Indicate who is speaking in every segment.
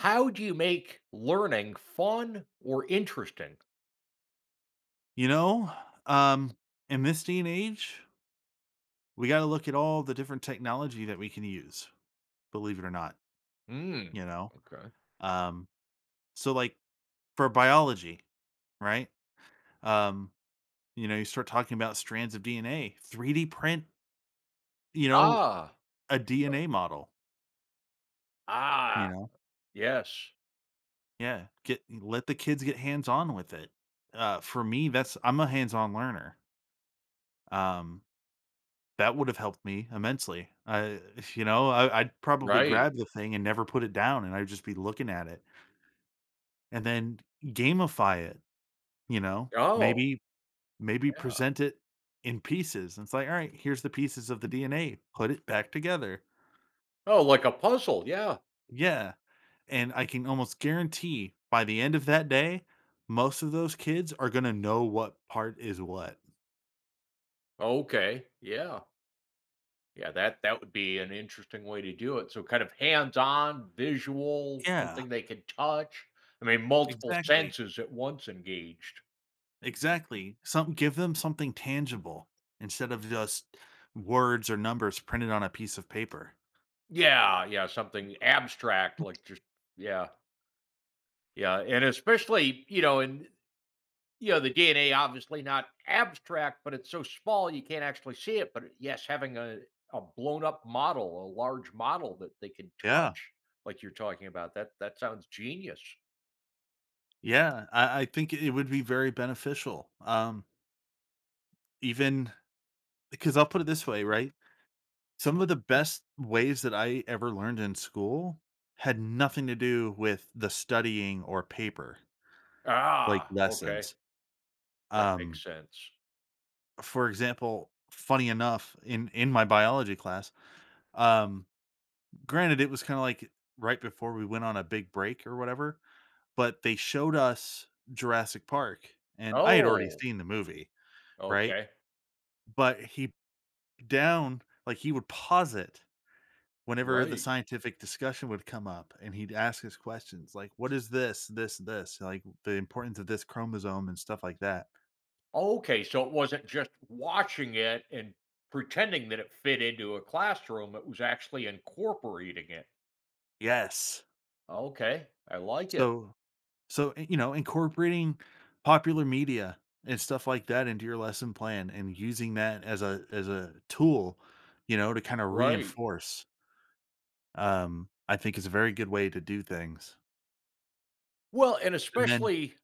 Speaker 1: How do you make learning fun or interesting?
Speaker 2: You know, um, in this day and age, we gotta look at all the different technology that we can use, believe it or not,
Speaker 1: Mm.
Speaker 2: you know?
Speaker 1: Okay.
Speaker 2: Um, so, like, for biology, right? Um, you know, you start talking about strands of DNA, 3D print, you know,
Speaker 1: Ah.
Speaker 2: a
Speaker 1: There you go.
Speaker 2: DNA model, you
Speaker 1: Ah,
Speaker 2: know?
Speaker 1: yes.
Speaker 2: Yeah, get let the kids get hands-on with it. For me, that's I'm a hands-on learner. Um That would have helped me immensely. I You know, I'd probably
Speaker 1: Right.
Speaker 2: grab the thing and never put it down, and I'd just be looking at it, and then gamify it, you know?
Speaker 1: Oh,
Speaker 2: Maybe
Speaker 1: yeah.
Speaker 2: present it in pieces, and it's like, "All right, here's the pieces of the DNA, put it back together."
Speaker 1: Oh, like a puzzle, yeah.
Speaker 2: Yeah, and I can almost guarantee by the end of that day, most of those kids are gonna know what part is what.
Speaker 1: Okay, yeah. Yeah, that would be an interesting way to do it. So kind of hands-on, visual,
Speaker 2: Yeah,
Speaker 1: something they can touch. I mean, multiple
Speaker 2: exactly.
Speaker 1: senses at once engaged.
Speaker 2: Exactly. Some Give them something tangible instead of just words or numbers printed on a piece of paper.
Speaker 1: Yeah, yeah, something abstract like just yeah. Yeah, and especially, in the DNA obviously not abstract, but it's so small you can't actually see it. But yes, having a blown up model, a large model that they can
Speaker 2: Yeah,
Speaker 1: touch, like you're talking about, that sounds genius.
Speaker 2: yeah. I think it would be very beneficial. Even because I'll put it this way, right? Some of the best ways that I ever learned in school had nothing to do with the studying or paper, like
Speaker 1: Ah, okay.
Speaker 2: lessons.
Speaker 1: That
Speaker 2: Um,
Speaker 1: makes sense.
Speaker 2: for example, funny enough, in my biology class, um, granted it was kind of like right before we went on a big break or whatever, but they showed us Jurassic Park and I had already
Speaker 1: Oh,
Speaker 2: seen the movie, right?
Speaker 1: okay.
Speaker 2: But he down like He would pause it whenever the
Speaker 1: Right.
Speaker 2: scientific discussion would come up and he'd ask us questions like what is this, like the importance of this chromosome and stuff like that.
Speaker 1: Okay. So it wasn't just watching it and pretending that it fit into a classroom, it was actually incorporating it.
Speaker 2: Yes.
Speaker 1: Okay. I like it.
Speaker 2: So So, i- you know, incorporating popular media and stuff like that into your lesson plan and using that as a tool, you know, to kind of
Speaker 1: Right.
Speaker 2: reinforce, I think is a very good way to do things.
Speaker 1: Well, and
Speaker 2: And then
Speaker 1: especially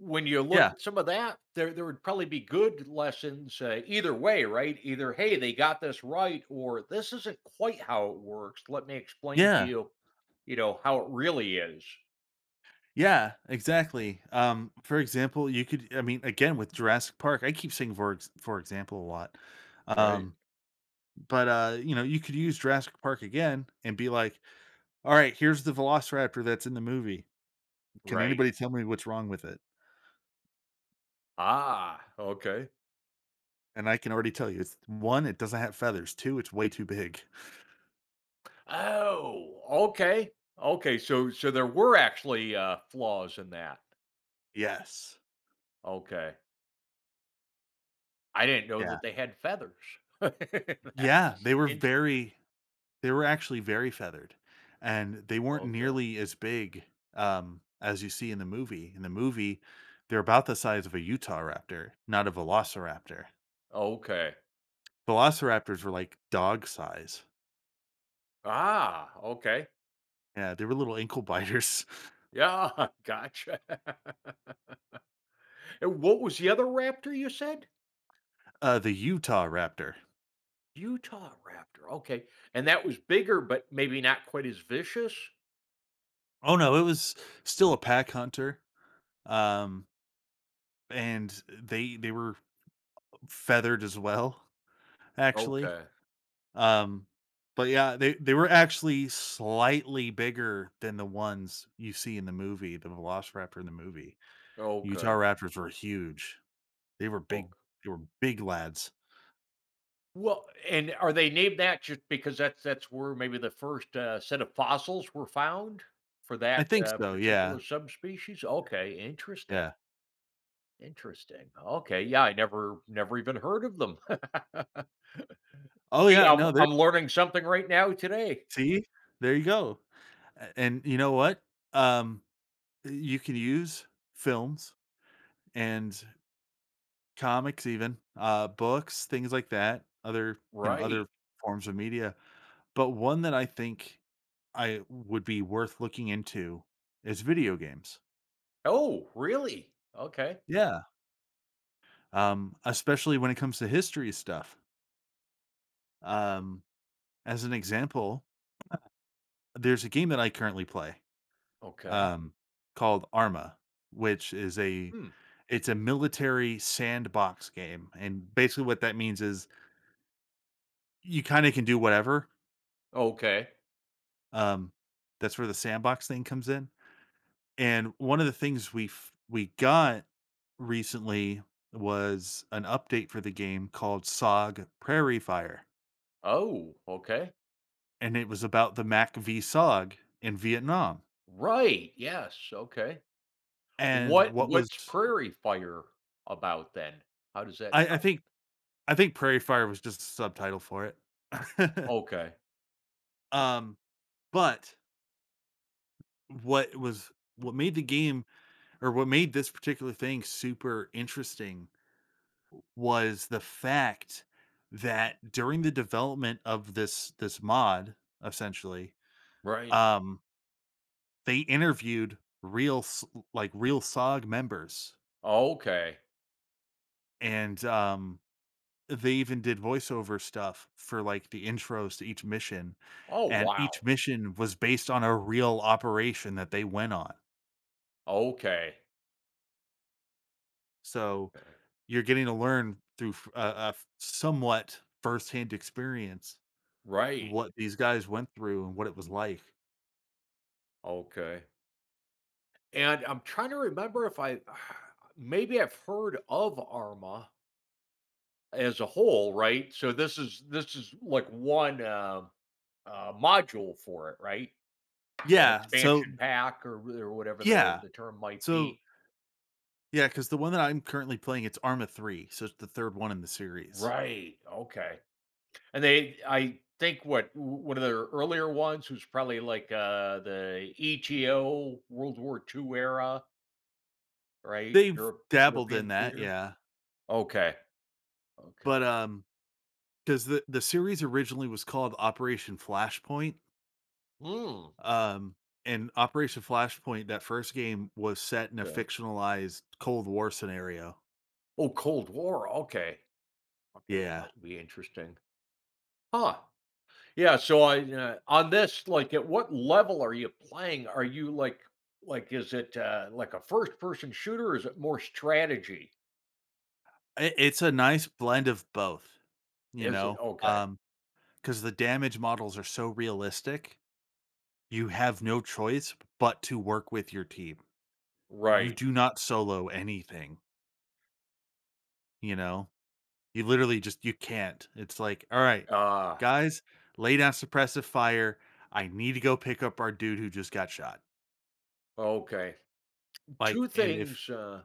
Speaker 1: when you look
Speaker 2: Yeah,
Speaker 1: at some of that, there would probably be good lessons, either way, right? Either, "Hey, they got this right," or, "This isn't quite how it works. Let me explain to
Speaker 2: yeah,
Speaker 1: you, how it really is."
Speaker 2: yeah, exactly. For example, you could I mean, again with Jurassic Park, I keep saying for example a lot.
Speaker 1: Right.
Speaker 2: Um, but You know, you could use Jurassic Park again and be like, all right, here's the Velociraptor that's in the movie. Can
Speaker 1: Right.
Speaker 2: anybody tell me what's wrong with it?
Speaker 1: Ah, okay.
Speaker 2: And I can already tell you, it's 1, it doesn't have feathers, 2, it's way too big.
Speaker 1: Oh, okay. Okay, so there were actually, flaws in that.
Speaker 2: Yes.
Speaker 1: Okay. I didn't know
Speaker 2: Yeah.
Speaker 1: that they had feathers. Interesting.
Speaker 2: Yeah, they were very they were actually very feathered, and they weren't
Speaker 1: Okay.
Speaker 2: nearly as big, as you see in the movie. In the movie, they're about the size of a Utah raptor, not a velociraptor.
Speaker 1: Okay.
Speaker 2: Velociraptors were like dog size.
Speaker 1: Ah, okay.
Speaker 2: Yeah, they were little ankle biters.
Speaker 1: Yeah, gotcha. And what was the other raptor you said?
Speaker 2: The Utah raptor.
Speaker 1: Utah raptor, okay, and that was bigger, but maybe not quite as vicious?
Speaker 2: Oh, no, it was still a pack hunter, um, and they were feathered as well, actually.
Speaker 1: Okay,
Speaker 2: Um, but Yeah, they were actually slightly bigger than the ones you see in the movie, the Velociraptor in the movie. Utah
Speaker 1: okay,
Speaker 2: Raptors were huge. They were big.
Speaker 1: ok.
Speaker 2: They were big lads.
Speaker 1: Well, and are they named that just because that's where maybe the first, set of fossils were found for
Speaker 2: I
Speaker 1: that,
Speaker 2: think so. Yeah.
Speaker 1: particular subspecies? Okay, interesting,
Speaker 2: Yeah.
Speaker 1: interesting. Okay, yeah, I never even heard of them.
Speaker 2: Oh
Speaker 1: See,
Speaker 2: yeah.
Speaker 1: I'm
Speaker 2: No. There.
Speaker 1: I'm learning something right now today.
Speaker 2: See. There you go. And you know what? Um, you can use films and comics, even books, things like that. Other you know Other
Speaker 1: Right.
Speaker 2: forms of media. But one that I think I would be worth looking into is video games.
Speaker 1: Oh, really? Okay,
Speaker 2: Yeah, especially when it comes to history stuff. Um, as an example, there's a game that I currently play,
Speaker 1: okay.
Speaker 2: um, called Arma, which is a
Speaker 1: Hmm.
Speaker 2: it's a military sandbox game, and basically what that means is you kinda can do whatever.
Speaker 1: Okay.
Speaker 2: Um, that's where the sandbox thing comes in. And one of the things we got recently was an update for the game called SOG Prairie Fire,
Speaker 1: Oh, okay.
Speaker 2: and it was about the Mac v SOG in Vietnam.
Speaker 1: Right, yes, okay.
Speaker 2: And
Speaker 1: What
Speaker 2: what was
Speaker 1: what's Prairie Fire about then? How does that
Speaker 2: I, I
Speaker 1: tie
Speaker 2: think I think Prairie Fire was just a subtitle for it.
Speaker 1: in? Okay,
Speaker 2: um, but what was What made the game, or what made this particular thing super interesting, was the fact that during the development of this mod, essentially,
Speaker 1: right.
Speaker 2: um, they interviewed real s- like real SOG members,
Speaker 1: Okay.
Speaker 2: and they even did voiceover stuff for like the intros to each mission,
Speaker 1: Oh,
Speaker 2: and each
Speaker 1: wow.
Speaker 2: mission was based on a real operation that they went on.
Speaker 1: Okay.
Speaker 2: So
Speaker 1: Okay.
Speaker 2: you're getting to learn through somewhat firsthand experience
Speaker 1: Right.
Speaker 2: what these guys went through and what it was like.
Speaker 1: Okay. And I'm trying to remember if I maybe I've heard of Arma as a whole, right? So this is like one, module for it, right? What
Speaker 2: Yeah, so
Speaker 1: expansion pack or really, or whatever the
Speaker 2: yeah.
Speaker 1: the term might
Speaker 2: So,
Speaker 1: be.
Speaker 2: yeah. Because the one that I'm currently playing, it's Arma 3, so it's the 3rd one in the series.
Speaker 1: Right, okay. And they, I think, one of their earlier ones was probably like, the ETO World War II era, right?
Speaker 2: They've dabbled in
Speaker 1: European
Speaker 2: that,
Speaker 1: theater?
Speaker 2: yeah,
Speaker 1: Okay, okay.
Speaker 2: but, um, because the series originally was called Operation Flashpoint,
Speaker 1: Mm,
Speaker 2: um, and Operation Flashpoint, that first game was set in a
Speaker 1: okay.
Speaker 2: fictionalized Cold War scenario.
Speaker 1: Oh, Cold War, okay. Okay, that
Speaker 2: Yeah.
Speaker 1: would be interesting. Huh. Yeah, so I, on this, like, at what level are you playing? Are you like, is it like a first person shooter? Or is it more strategy?
Speaker 2: I It's a nice blend of both, you
Speaker 1: Is it
Speaker 2: know.
Speaker 1: okay?
Speaker 2: Because the damage models are so realistic, you have no choice but to work with your team. You
Speaker 1: Right.
Speaker 2: do not solo anything, you know? You literally just you can't. It's like, "All right,
Speaker 1: Uh,
Speaker 2: guys, lay down suppressive fire. I need to go pick up our dude who just got shot."
Speaker 1: okay. Two
Speaker 2: Like, and if
Speaker 1: things.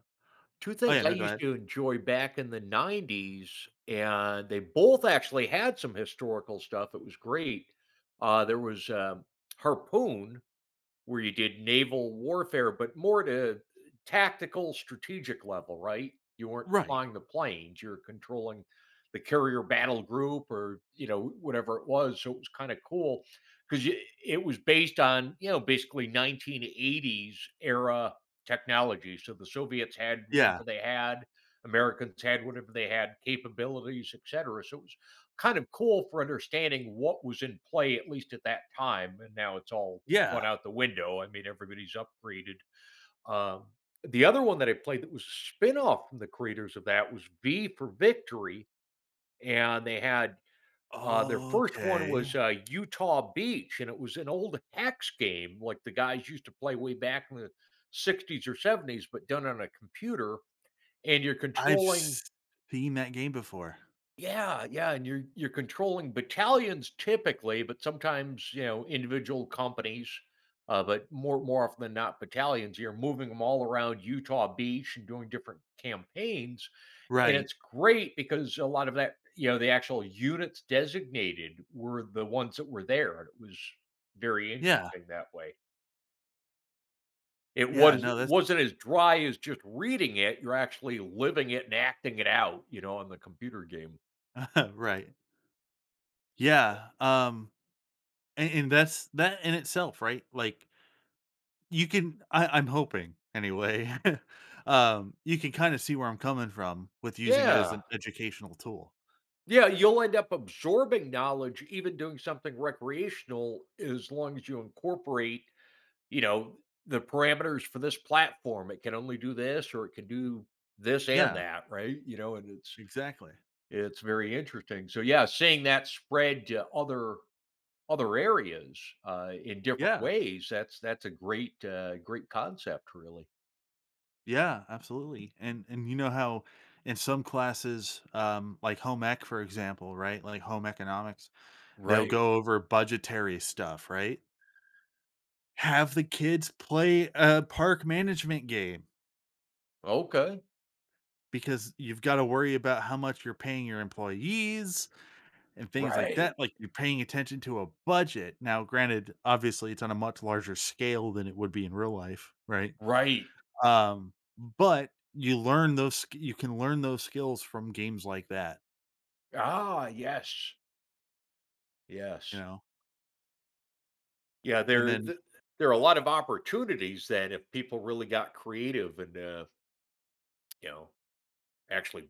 Speaker 1: Two
Speaker 2: Oh, yeah,
Speaker 1: things I
Speaker 2: no, go
Speaker 1: used
Speaker 2: ahead.
Speaker 1: to enjoy back in the '90s, and they both actually had some historical stuff. It was great. There was Harpoon, where you did naval warfare, but more to tactical, strategic level, right? You weren't
Speaker 2: Right.
Speaker 1: flying the planes; you are controlling the carrier battle group or, whatever it was, so it was kinda cool because it was based on, basically 1980s era technology, so the Soviets had
Speaker 2: Yeah.
Speaker 1: whatever they had, Americans had whatever they had, capabilities, etcetera, so it was kind of cool for understanding what was in play, at least at that time, and now it's all
Speaker 2: Yeah.
Speaker 1: one out the window. I mean, everybody's upgraded. Um, the other one that I played that was a spinoff from the creators of that was V for Victory, and they had, their first one
Speaker 2: Okay.
Speaker 1: was, Utah Beach, and it was an old hex game like the guys used to play way back in the '60s or '70s, but done on a computer. And you're
Speaker 2: I've
Speaker 1: controlling.
Speaker 2: seen that game before.
Speaker 1: Yeah, yeah, and you're controlling battalions typically, but sometimes, individual companies, but more often than not battalions. You're moving them all around Utah Beach and doing different campaigns, and
Speaker 2: Right.
Speaker 1: it's great because a lot of that, the actual units designated were the ones that were there, and it was very
Speaker 2: Yeah.
Speaker 1: interesting that way. It
Speaker 2: Yeah,
Speaker 1: was
Speaker 2: no, that's
Speaker 1: wasn't as dry as just reading it. You're actually living it and acting it out, on the computer game.
Speaker 2: right. Yeah, and that's that in itself, right? Like You can I I'm hoping anyway, you can kinda see where I'm coming from with using it as an
Speaker 1: Yeah.
Speaker 2: educational tool.
Speaker 1: Yeah, you'll end up absorbing knowledge, even doing something recreational, as long as you incorporate, you know, the parameters for this platform. It can only do this, or it can do this and
Speaker 2: Yeah,
Speaker 1: that, right? And it's
Speaker 2: exactly.
Speaker 1: it's very interesting. So yeah, seeing that spread to other areas in different
Speaker 2: Yeah,
Speaker 1: ways that's a great, great concept, really.
Speaker 2: yeah, absolutely, and you know how in some classes, like home ec, for example, right, like home economics, they'll
Speaker 1: Right.
Speaker 2: go over budgetary stuff, right? Have the kids play a park management game
Speaker 1: Okay.
Speaker 2: because you've gotta worry about how much you're paying your employees, and things like that,
Speaker 1: Right.
Speaker 2: like, you're paying attention to a budget. Now, granted, obviously, it's on a much larger scale than it would be in real life, right?
Speaker 1: Right.
Speaker 2: Um, but You learn those sk you can learn those skills from games like that,
Speaker 1: Ah, yes.
Speaker 2: you
Speaker 1: Yes.
Speaker 2: know?
Speaker 1: Yeah,
Speaker 2: And
Speaker 1: there
Speaker 2: then
Speaker 1: th there are a lot of opportunities that if people really got creative and, you know, actually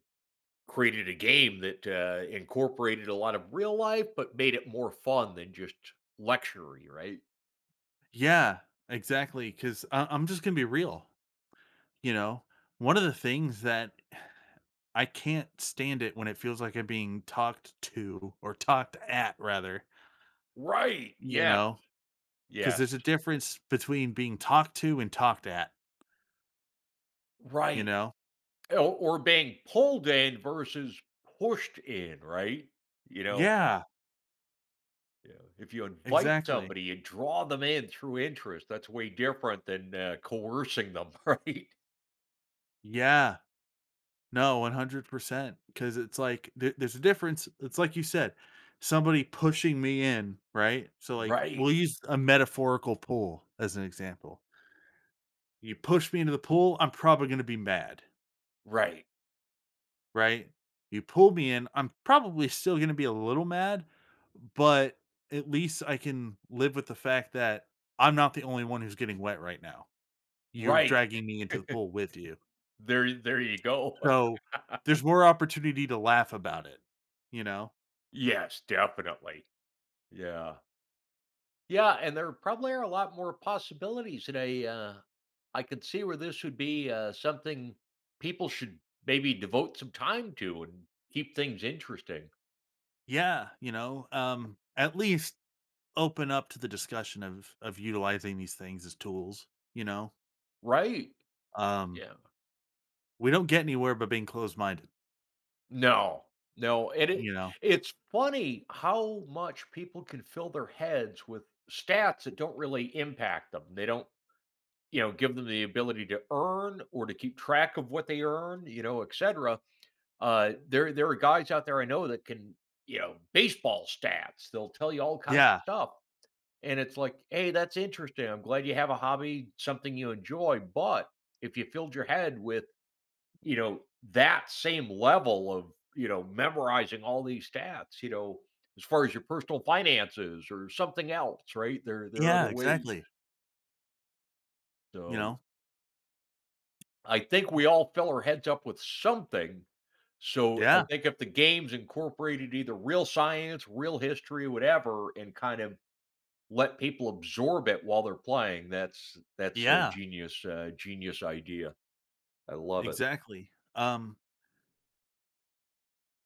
Speaker 1: created a game that, incorporated a lot of real life, but made it more fun than just lecture, right?
Speaker 2: Yeah, exactly. Because I'm just gonna be real, you know? One of the things that I can't stand it when it feels like I'm being talked to, or talked at, rather,
Speaker 1: Right,
Speaker 2: you
Speaker 1: yes,
Speaker 2: know, because
Speaker 1: yes,
Speaker 2: there's a difference between being talked to and talked at, you
Speaker 1: right.
Speaker 2: know?
Speaker 1: Or being pulled in versus pushed in, right? You know,
Speaker 2: Yeah,
Speaker 1: if you invite
Speaker 2: exactly.
Speaker 1: somebody and draw them in through interest, that's way different than, coercing them, right?
Speaker 2: Yeah. No, 100%. Because it's like there's a difference. It's like you said, somebody pushing me in, right? So, like, we'll
Speaker 1: Right,
Speaker 2: use a metaphorical pool as an example. You push me into the pool, I'm probably gonna be mad,
Speaker 1: right.
Speaker 2: right? You pull me in, I'm probably still gonna be a little mad, but at least I can live with the fact that I'm not the only one who's getting wet right now. You're
Speaker 1: Right.
Speaker 2: dragging me into the pool with you.
Speaker 1: There you go.
Speaker 2: So, there's more opportunity to laugh about it, you know?
Speaker 1: Yes, definitely. Yeah. Yeah, and there probably are a lot more possibilities, and I could see where this would be, something people should maybe devote some time to and keep things interesting.
Speaker 2: Yeah, you know, at least open up to the discussion of utilizing these things as tools, you know?
Speaker 1: Right.
Speaker 2: Um,
Speaker 1: Yeah.
Speaker 2: we don't get anywhere by being closed-minded,
Speaker 1: No. No, and it
Speaker 2: you know?
Speaker 1: it's funny how much people can fill their heads with stats that don't really impact them. They don't. Give them the ability to earn or to keep track of what they earn, et cetera. There are guys out there I know that can, baseball stats. They'll tell you all kinds of
Speaker 2: Yeah,
Speaker 1: stuff, and it's like, hey, that's interesting. I'm glad you have a hobby, something you enjoy. But if you filled your head with, you know, that same level of, memorizing all these stats, as far as your personal finances or something else, right? There are
Speaker 2: yeah,
Speaker 1: other ways.
Speaker 2: exactly, you
Speaker 1: So
Speaker 2: know?
Speaker 1: I think we all fill our heads up with something. So I
Speaker 2: Yeah,
Speaker 1: think if the games incorporated either real science, real history, whatever, and kind of let people absorb it while they're playing, that's a
Speaker 2: yeah,
Speaker 1: genius idea. I love it.
Speaker 2: exactly.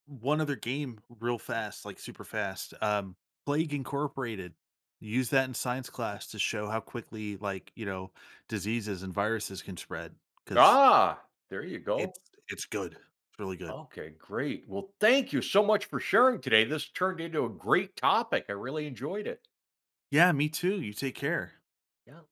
Speaker 2: One other game real fast, like super fast, Plague Incorporated. Use that in science class to show how quickly, like, you know, diseases and viruses can spread. Because
Speaker 1: Ah, there you
Speaker 2: it's
Speaker 1: go.
Speaker 2: it's good. It's really good.
Speaker 1: Okay, great. Well, thank you so much for sharing today. This turned into a great topic. I really enjoyed it.
Speaker 2: Yeah, me too. You take care.
Speaker 1: Yeah.